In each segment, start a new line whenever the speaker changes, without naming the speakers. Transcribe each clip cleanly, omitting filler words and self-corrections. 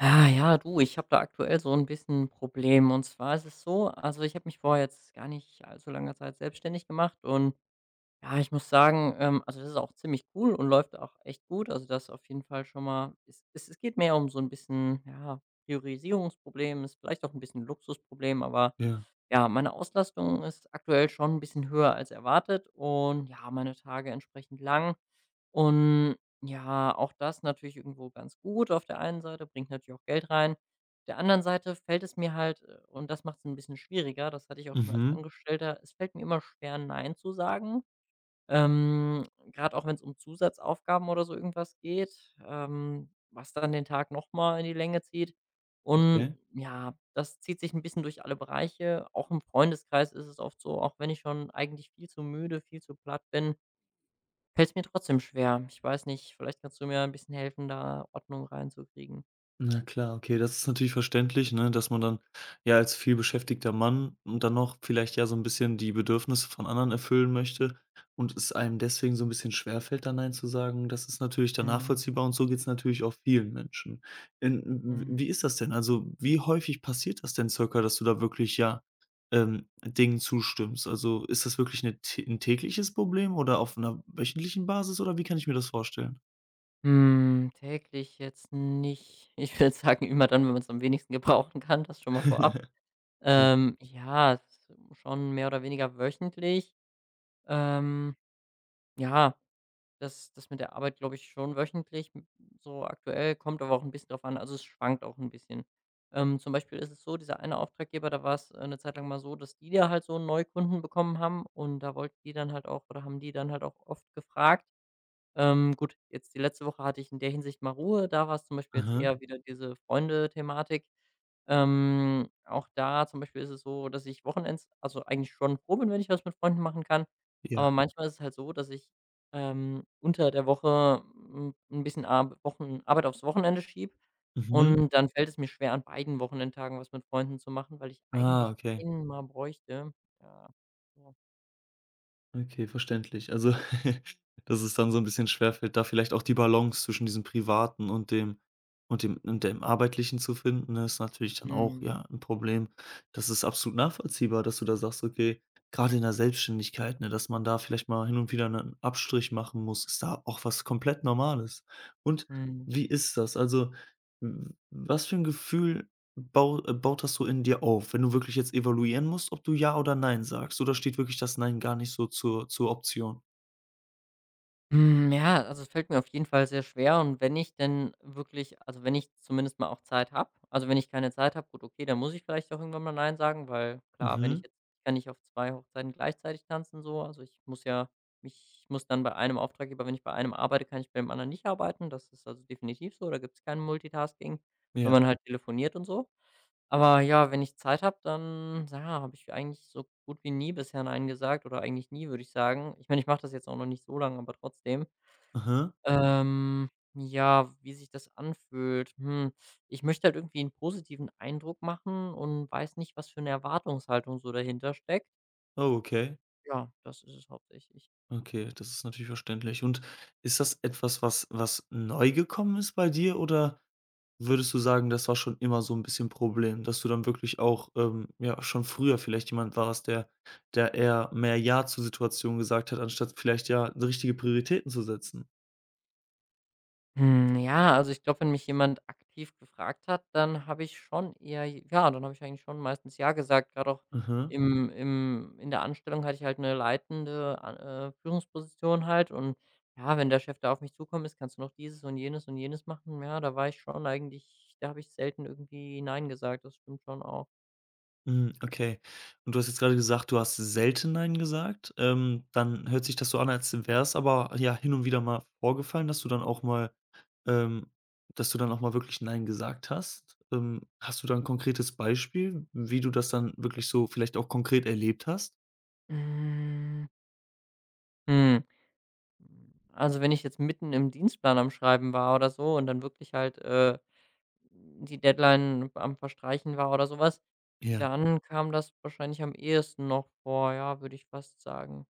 Ah, ja, du, ich habe da aktuell so ein bisschen 'n Problem. Und zwar ist es so, also, ich habe mich vor jetzt gar nicht allzu langer Zeit selbstständig gemacht und ja, ich muss sagen, also das ist auch ziemlich cool und läuft auch echt gut. Also das auf jeden Fall schon mal. Es geht mehr um so ein bisschen, ja, Priorisierungsproblem, ist vielleicht auch ein bisschen Luxusproblem, aber
Ja.
ja, meine Auslastung ist aktuell schon ein bisschen höher als erwartet und ja, meine Tage entsprechend lang. Und ja, auch das natürlich irgendwo ganz gut auf der einen Seite, bringt natürlich auch Geld rein. Auf der anderen Seite fällt es mir halt und das macht es ein bisschen schwieriger, das hatte ich auch schon als
Mhm.
Angestellter, es fällt mir immer schwer, nein zu sagen. Ähm, grad auch wenn es um Zusatzaufgaben oder so irgendwas geht, was dann den Tag noch mal in die Länge zieht. Und
Okay.
ja, das zieht sich ein bisschen durch alle Bereiche. Auch im Freundeskreis ist es oft so, auch wenn ich schon eigentlich viel zu müde, viel zu platt bin, fällt es mir trotzdem schwer. Ich weiß nicht, vielleicht kannst du mir ein bisschen helfen, da Ordnung reinzukriegen.
Na klar, okay, das ist natürlich verständlich, ne, dass man dann, ja, als vielbeschäftigter Mann und dann noch vielleicht ja so ein bisschen die Bedürfnisse von anderen erfüllen möchte und es einem deswegen so ein bisschen schwerfällt, da „nein“ zu sagen. Das ist natürlich dann
Mhm,
nachvollziehbar und so geht's natürlich auch vielen Menschen. In w
mhm.
Wie ist das denn? Also, wie häufig passiert das denn circa, dass du da wirklich, ja, Dingen zustimmst? Also, ist das wirklich 'ne tä 'n tägliches Problem oder auf einer wöchentlichen Basis oder wie kann ich mir das vorstellen?
Hm, täglich jetzt nicht. Ich würde sagen, immer dann, wenn man es am wenigsten gebrauchen kann, das schon mal vorab. Ja, s schon mehr oder weniger wöchentlich. Ähm, ja, das mit der Arbeit glaube ich schon wöchentlich, m so aktuell, kommt aber auch ein bisschen drauf an. Also, es schwankt auch ein bisschen. Zum Beispiel ist es so, dieser eine Auftraggeber, da war's, eine Zeit lang mal so, dass die da halt so 'n Neukunden bekommen haben und da wollten die dann halt auch oder haben die dann halt auch oft gefragt. Gut, jetzt die letzte Woche hatte ich in der Hinsicht mal Ruhe. Da war es zum Beispiel jetzt
Aha.
eher, mhm, wieder diese Freunde-Thematik. Auch da zum Beispiel ist es so, dass ich wochenends, also, eigentlich schon froh bin, wenn ich was mit Freunden machen kann,
Ja.
aber manchmal ist es halt so, dass ich, unter der Woche 'n bisschen Arbeit aufs Wochenende schiebe. Mhm.
Mhm.
Und dann fällt es mir schwer, an beiden Wochenendtagen was mit Freunden zu machen, weil ich
Ah,
eigentlich
okay.
einen mal bräuchte. Ja, so.
Okay, verständlich. Also, dass es dann so ein bisschen schwerfällt, da vielleicht auch die Balance zwischen diesem Privaten und dem Arbeitlichen zu finden, ne, ist natürlich dann auch,
Mhm,
ja, ein Problem. Das ist absolut nachvollziehbar, dass du da sagst, okay, gerade in der Selbstständigkeit, ne, dass man da vielleicht mal hin und wieder einen Abstrich machen muss, ist da auch was komplett Normales. Und
mhm.
wie ist das? Also, w was für ein Gefühl baut das so in dir auf, wenn du wirklich jetzt evaluieren musst, ob du ja oder nein sagst oder steht wirklich das Nein gar nicht so zur Option?
Hm, ja, also es fällt mir auf jeden Fall sehr schwer, und wenn ich denn wirklich, also wenn ich zumindest mal auch Zeit habe, also wenn ich keine Zeit habe, gut, okay, dann muss ich vielleicht auch irgendwann mal nein sagen, weil klar, wenn ich
Mhm,
jetzt ich kann nicht auf 2 Hochzeiten gleichzeitig tanzen, so, also ich muss dann bei einem Auftraggeber, wenn ich bei einem arbeite, kann ich bei dem anderen nicht arbeiten. Das ist also definitiv so, da gibt's kein Multitasking, wenn
ja.
man halt telefoniert und so. Aber ja, wenn ich Zeit habe, dann, ja, habe ich eigentlich so gut wie nie bisher „Nein“ gesagt oder eigentlich nie, würde ich sagen. Ich meine, ich mache das jetzt auch noch nicht so lange, aber trotzdem.
Aha.
Ähm, ja, wie sich das anfühlt? Hm, ich möchte halt irgendwie einen positiven Eindruck machen und weiß nicht, was für eine Erwartungshaltung so dahinter steckt.
Oh, okay.
Ja, das ist es hauptsächlich.
Okay, das ist natürlich verständlich. Und ist das etwas, was was neu gekommen ist bei dir oder würdest du sagen, das war schon immer so ein bisschen Problem, dass du dann wirklich auch, ja, schon früher vielleicht jemand warst, der eher mehr „ja“ zu Situationen gesagt hat, anstatt vielleicht, ja, richtige Prioritäten zu setzen?
Hm, ja, also ich glaube, wenn mich jemand aktiv gefragt hat, dann habe ich schon eher ja, dann habe ich eigentlich schon meistens ja gesagt. Gerade auch
Mhm.
im im in der Anstellung hatte ich halt eine leitende a Führungsposition halt und ja, wenn der Chef da auf mich zukommen ist: „Kannst du noch dieses und jenes machen?“ Ja, da war ich schon eigentlich, da habe ich selten irgendwie nein gesagt, das stimmt schon auch.
Mhm, okay. Und du hast jetzt gerade gesagt, du hast selten „Nein“ gesagt. Dann hört sich das so an, als wär's aber ja hin und wieder mal vorgefallen, dass du dann auch mal ähm, wirklich „Nein“ gesagt hast. Hast du da 'n konkretes Beispiel, wie du das dann wirklich so vielleicht auch konkret erlebt hast?
Hm, hm, also wenn ich jetzt mitten im Dienstplan am Schreiben war oder so und dann wirklich halt, die Deadline am Verstreichen war oder sowas,
Ja.
dann kam das wahrscheinlich am ehesten noch vor, ja, würde ich fast sagen.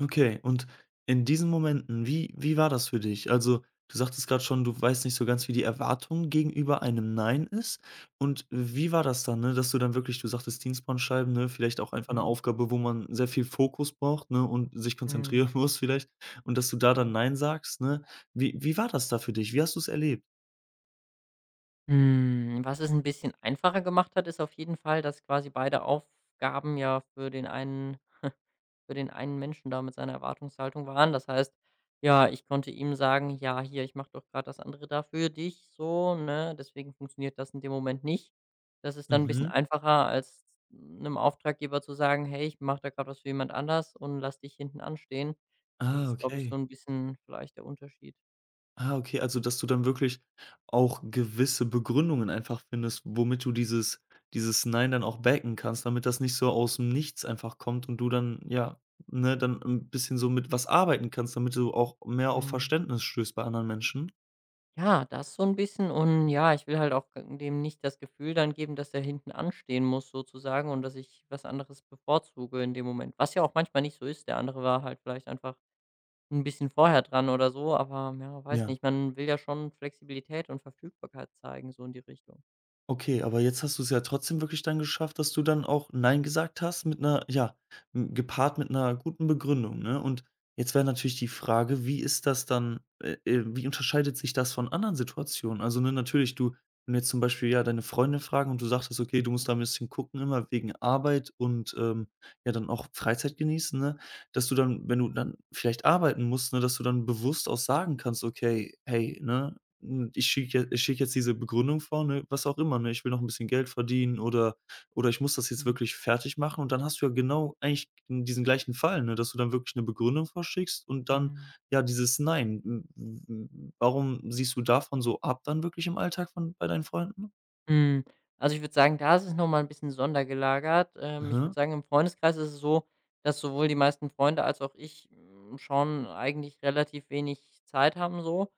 Okay, und in diesen Momenten, wie war das für dich? Also, du sagtest gerade schon, du weißt nicht so ganz, wie die Erwartung gegenüber einem „Nein“ ist. Und wie war das dann, ne, dass du dann wirklich du sagtest Dienstbahnscheiben, ne, vielleicht auch einfach eine
Mhm.
Aufgabe, wo man sehr viel Fokus braucht, ne, und sich
Mhm.
konzentrieren muss vielleicht und dass du da dann
Ja.
„Nein“ sagst, ne? Wie war das da für dich? Wie hast du es erlebt?
Hm, was es ein bisschen einfacher gemacht hat, ist auf jeden Fall, dass quasi beide Aufgaben ja für den einen für den einen Menschen da mit seiner Erwartungshaltung waren. Das heißt, ja, ich konnte ihm sagen: „Ja, hier, ich mache doch gerade das andere da für dich, so, ne? Deswegen funktioniert das in dem Moment nicht.“ Das ist dann ein bisschen
Mhm.
einfacher, als einem Auftraggeber zu sagen: „Hey, ich mache da gerade was für jemand anders und lass dich hinten anstehen.“ Das
Ah,
ist, glaube ich,
okay.
so ein bisschen vielleicht der Unterschied.
Ah, okay, also, dass du dann wirklich auch gewisse Begründungen einfach findest, womit du dieses „Nein“ dann auch backen kannst, damit das nicht so aus dem Nichts einfach kommt und du dann, ja, ne, dann ein bisschen so mit was arbeiten kannst, damit du auch mehr auf
Mhm.
Verständnis stößt bei anderen Menschen?
Ja, das so ein bisschen, und ja, ich will halt auch g dem nicht das Gefühl dann geben, dass er hinten anstehen muss sozusagen und dass ich was anderes bevorzuge in dem Moment, was ja auch manchmal nicht so ist. Der andere war halt vielleicht einfach ein bisschen vorher dran oder so, aber ja, weiß
Ja.
nicht, man will ja schon Flexibilität und Verfügbarkeit zeigen, so in die Richtung.
Okay, aber jetzt hast du es ja trotzdem wirklich dann geschafft, dass du dann auch „Nein“ gesagt hast mit einer ja, gepaart mit einer guten Begründung, ne? Und jetzt wäre natürlich die Frage, wie ist das dann wie unterscheidet sich das von anderen Situationen? Also, ne, natürlich, du wenn jetzt zum Beispiel, ja, deine Freunde fragen und du sagtest: „Okay, du musst da ein bisschen gucken immer wegen Arbeit und, ja, dann auch Freizeit genießen“, ne? Dass du dann, wenn du dann vielleicht arbeiten musst, ne, dass du dann bewusst auch sagen kannst: „Okay, hey, ne, ich schicke jetzt diese Begründung vor, ne, was auch immer, ne? Ich will noch ein bisschen Geld verdienen oder ich muss das jetzt wirklich fertig machen und dann hast du ja genau eigentlich diesen gleichen Fall, ne, dass du dann wirklich eine Begründung vorschickst und dann,
Mhm.
ja, dieses Nein. W w Warum siehst du davon so ab dann wirklich im Alltag von bei deinen Freunden?
Mhm. Also, ich würde sagen, da ist es noch mal 'n bisschen sondergelagert. Ich
Mhm.
würde sagen, im Freundeskreis ist es so, dass sowohl die meisten Freunde als auch ich, hm, schon eigentlich relativ wenig Zeit haben, so.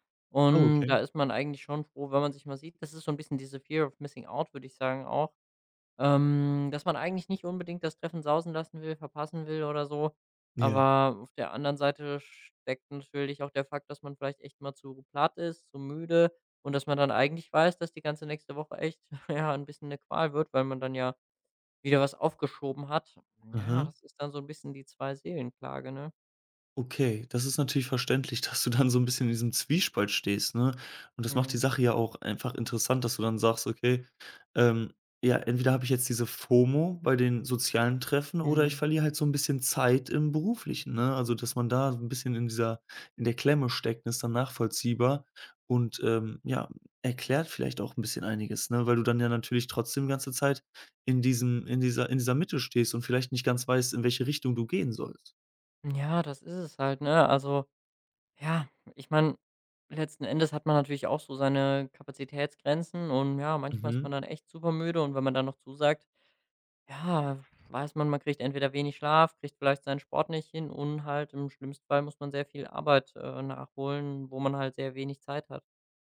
Oh,
Und
okay.
da ist man eigentlich schon froh, wenn man sich mal sieht. Das ist so ein bisschen diese Fear of Missing Out, würde ich sagen, auch. Dass man eigentlich nicht unbedingt das Treffen sausen lassen will, verpassen will oder so.
Ja.
Aber auf der anderen Seite steckt natürlich auch der Fakt, dass man vielleicht echt mal zu platt ist, zu müde, und dass man dann eigentlich weiß, dass die ganze nächste Woche echt ja ein bisschen eine Qual wird, weil man dann ja wieder was aufgeschoben hat. Ja,
Aha.
das ist dann so ein bisschen die Zwei-Seelen-Klage, ne?
Okay, das ist natürlich verständlich, dass du dann so ein bisschen in diesem Zwiespalt stehst, ne? Und das macht die
Mhm.
Sache ja auch einfach interessant, dass du dann sagst: „Okay, ähm, ja, entweder habe ich jetzt diese FOMO bei den sozialen Treffen oder ich
Mhm.
verliere halt so ein bisschen Zeit im Beruflichen“, ne? Also, dass man da so 'n bisschen in dieser in der Klemme steckt, ist dann nachvollziehbar und, ja, erklärt vielleicht auch ein bisschen einiges, ne? Weil du dann ja natürlich trotzdem die ganze Zeit in dieser Mitte stehst und vielleicht nicht ganz weißt, in welche Richtung du gehen sollst.
Ja, das ist es halt, ne? Also ja, ich meine, letzten Endes hat man natürlich auch so seine Kapazitätsgrenzen und ja, manchmal ist
Mhm.
man dann echt super müde, und wenn man dann noch zusagt, ja, weiß man, man kriegt entweder wenig Schlaf, kriegt vielleicht seinen Sport nicht hin und halt im schlimmsten Fall muss man sehr viel Arbeit nachholen, wo man halt sehr wenig Zeit hat.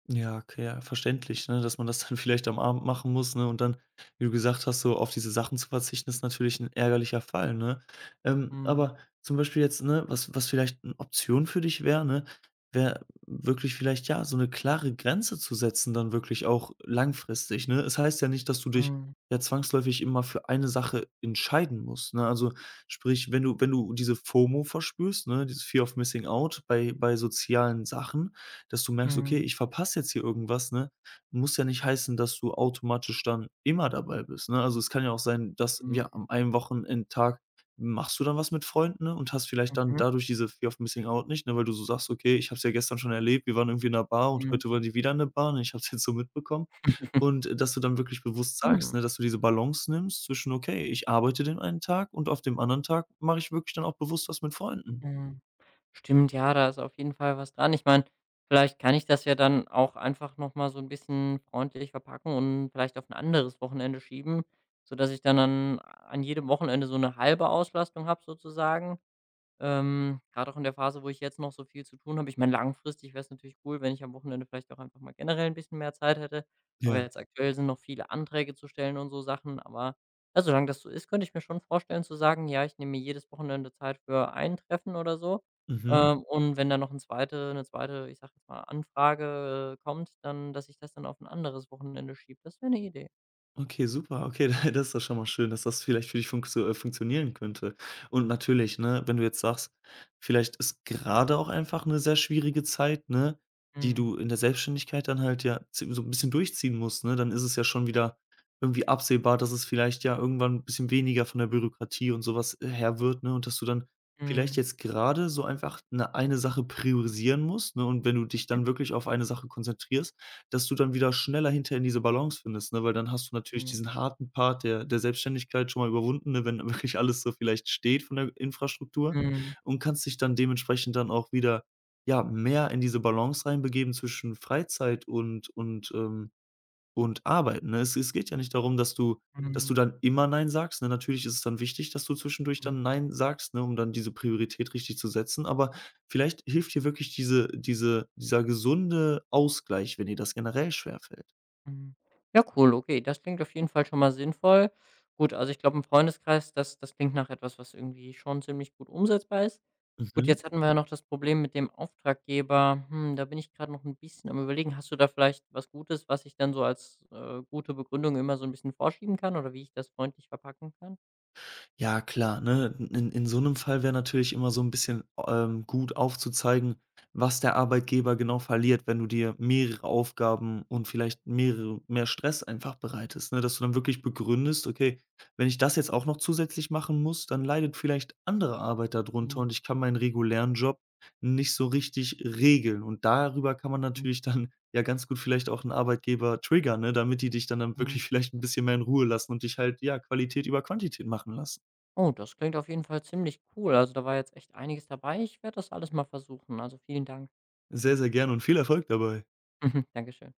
Ja, okay, ja, verständlich, ne, dass man das dann vielleicht am Abend machen muss, ne, und dann, wie du gesagt hast, so auf diese Sachen zu verzichten, ist natürlich ein ärgerlicher Fall, ne?
Mhm.
Aber zum Beispiel jetzt, ne, was was vielleicht eine Option für dich wäre, ne, wäre wirklich vielleicht, ja, so eine klare Grenze zu setzen dann wirklich auch langfristig, ne? Es heißt ja nicht, dass du dich
Mhm.
ja zwangsläufig immer für eine Sache entscheiden musst, ne? Also, sprich, wenn du diese FOMO verspürst, ne, dieses Fear of Missing Out bei sozialen Sachen, dass du merkst: „Okay,
Mhm.
ich verpasse jetzt hier irgendwas“, ne? Muss ja nicht heißen, dass du automatisch dann immer dabei bist, ne? Also, es kann ja auch sein, dass ja,
Mhm.
am einem Wochenendtag machst du dann was mit Freunden, ne, und hast vielleicht dann dadurch diese Fear of Missing Out nicht, ne, weil du so sagst: „Okay, ich habe es ja gestern schon erlebt, wir waren irgendwie in einer Bar und
Mhm.
heute waren die wieder in 'ner Bar ne, ich habe es jetzt so mitbekommen.“ Und, dass du dann wirklich bewusst sagst,
Mhm.
ne, dass du diese Balance nimmst zwischen: „Okay, ich arbeite den einen Tag und auf dem anderen Tag mache ich wirklich dann auch bewusst was mit Freunden.“
Mhm. Stimmt, ja, da ist auf jeden Fall was dran. Ich meine, vielleicht kann ich das ja dann auch einfach noch mal so ein bisschen freundlich verpacken und vielleicht auf ein anderes Wochenende schieben, sodass ich dann an jedem Wochenende so eine halbe Auslastung habe sozusagen. Grad auch in der Phase, wo ich jetzt noch so viel zu tun habe. Ich meine, langfristig wäre es natürlich cool, wenn ich am Wochenende vielleicht auch einfach mal generell ein bisschen mehr Zeit hätte. Aber
Ja.
jetzt aktuell sind noch viele Anträge zu stellen und so Sachen. Aber, ja, solange das so ist, könnte ich mir schon vorstellen zu sagen: „Ja, ich nehme mir jedes Wochenende Zeit für ein Treffen oder so.“ Mhm.
Mhm.
Und wenn dann noch 'n zweite eine zweite, ich sag jetzt mal, Anfrage, kommt, dann dass ich das dann auf ein anderes Wochenende schiebe. Das wäre eine Idee.
Okay, super. Okay, das ist doch schon mal schön, dass das vielleicht für dich funktionieren könnte. Und natürlich, ne, wenn du jetzt sagst, vielleicht ist gerade auch einfach eine sehr schwierige Zeit, ne, die
Mhm.
du in der Selbstständigkeit dann halt ja zi so ein bisschen durchziehen musst, ne? Dann ist es ja schon wieder irgendwie absehbar, dass es vielleicht ja irgendwann ein bisschen weniger von der Bürokratie und sowas her wird, ne? Und dass du dann vielleicht
Mhm.
jetzt gerade so einfach eine Sache priorisieren musst, ne? Und wenn du dich
Mhm.
dann wirklich auf eine Sache konzentrierst, dass du dann wieder schneller hinterher in diese Balance findest, ne? Weil dann hast du natürlich
Mhm.
diesen harten Part der Selbstständigkeit schon mal überwunden, ne, wenn wirklich alles so vielleicht steht von der Infrastruktur
Mhm.
und kannst dich dann dementsprechend dann auch wieder, ja, mehr in diese Balance reinbegeben zwischen Freizeit und und arbeiten, ne? Es geht ja nicht darum, dass du
Mhm.
dann immer „Nein“ sagst, ne? Natürlich ist es dann wichtig, dass du zwischendurch
Mhm.
dann „Nein“ sagst, ne, um dann diese Priorität richtig zu setzen, aber vielleicht hilft dir wirklich dieser gesunde Ausgleich, wenn dir das generell schwerfällt.
Mhm. Ja, cool, okay. Das klingt auf jeden Fall schon mal sinnvoll. Gut, also ich glaube, im Freundeskreis, das, das klingt nach etwas, was irgendwie schon ziemlich gut umsetzbar ist. Gut,
Mhm.
jetzt hatten wir ja noch das Problem mit dem Auftraggeber. Hm, da bin ich gerade noch ein bisschen am Überlegen. Hast du da vielleicht was Gutes, was ich dann so als gute Begründung immer so ein bisschen vorschieben kann oder wie ich das freundlich verpacken kann?
Ja, klar, ne? In so einem Fall wäre natürlich immer so ein bisschen, gut aufzuzeigen, was der Arbeitgeber genau verliert, wenn du dir mehrere Aufgaben und vielleicht mehr Stress einfach bereitest, ne? Dass du dann wirklich begründest: „Okay, wenn ich das jetzt auch noch zusätzlich machen muss, dann leidet vielleicht andere Arbeit da drunter
Mhm.
und ich kann meinen regulären Job nicht so richtig regeln.“ Und darüber kann man natürlich dann ja ganz gut vielleicht auch einen Arbeitgeber triggern, ne, damit die dich dann
Mhm.
wirklich vielleicht ein bisschen mehr in Ruhe lassen und dich halt, ja, Qualität über Quantität machen lassen.
Oh, das klingt auf jeden Fall ziemlich cool. Also da war jetzt echt einiges dabei. Ich werde das alles mal versuchen. Also vielen Dank.
Sehr, sehr gerne und viel Erfolg dabei.
Dankeschön.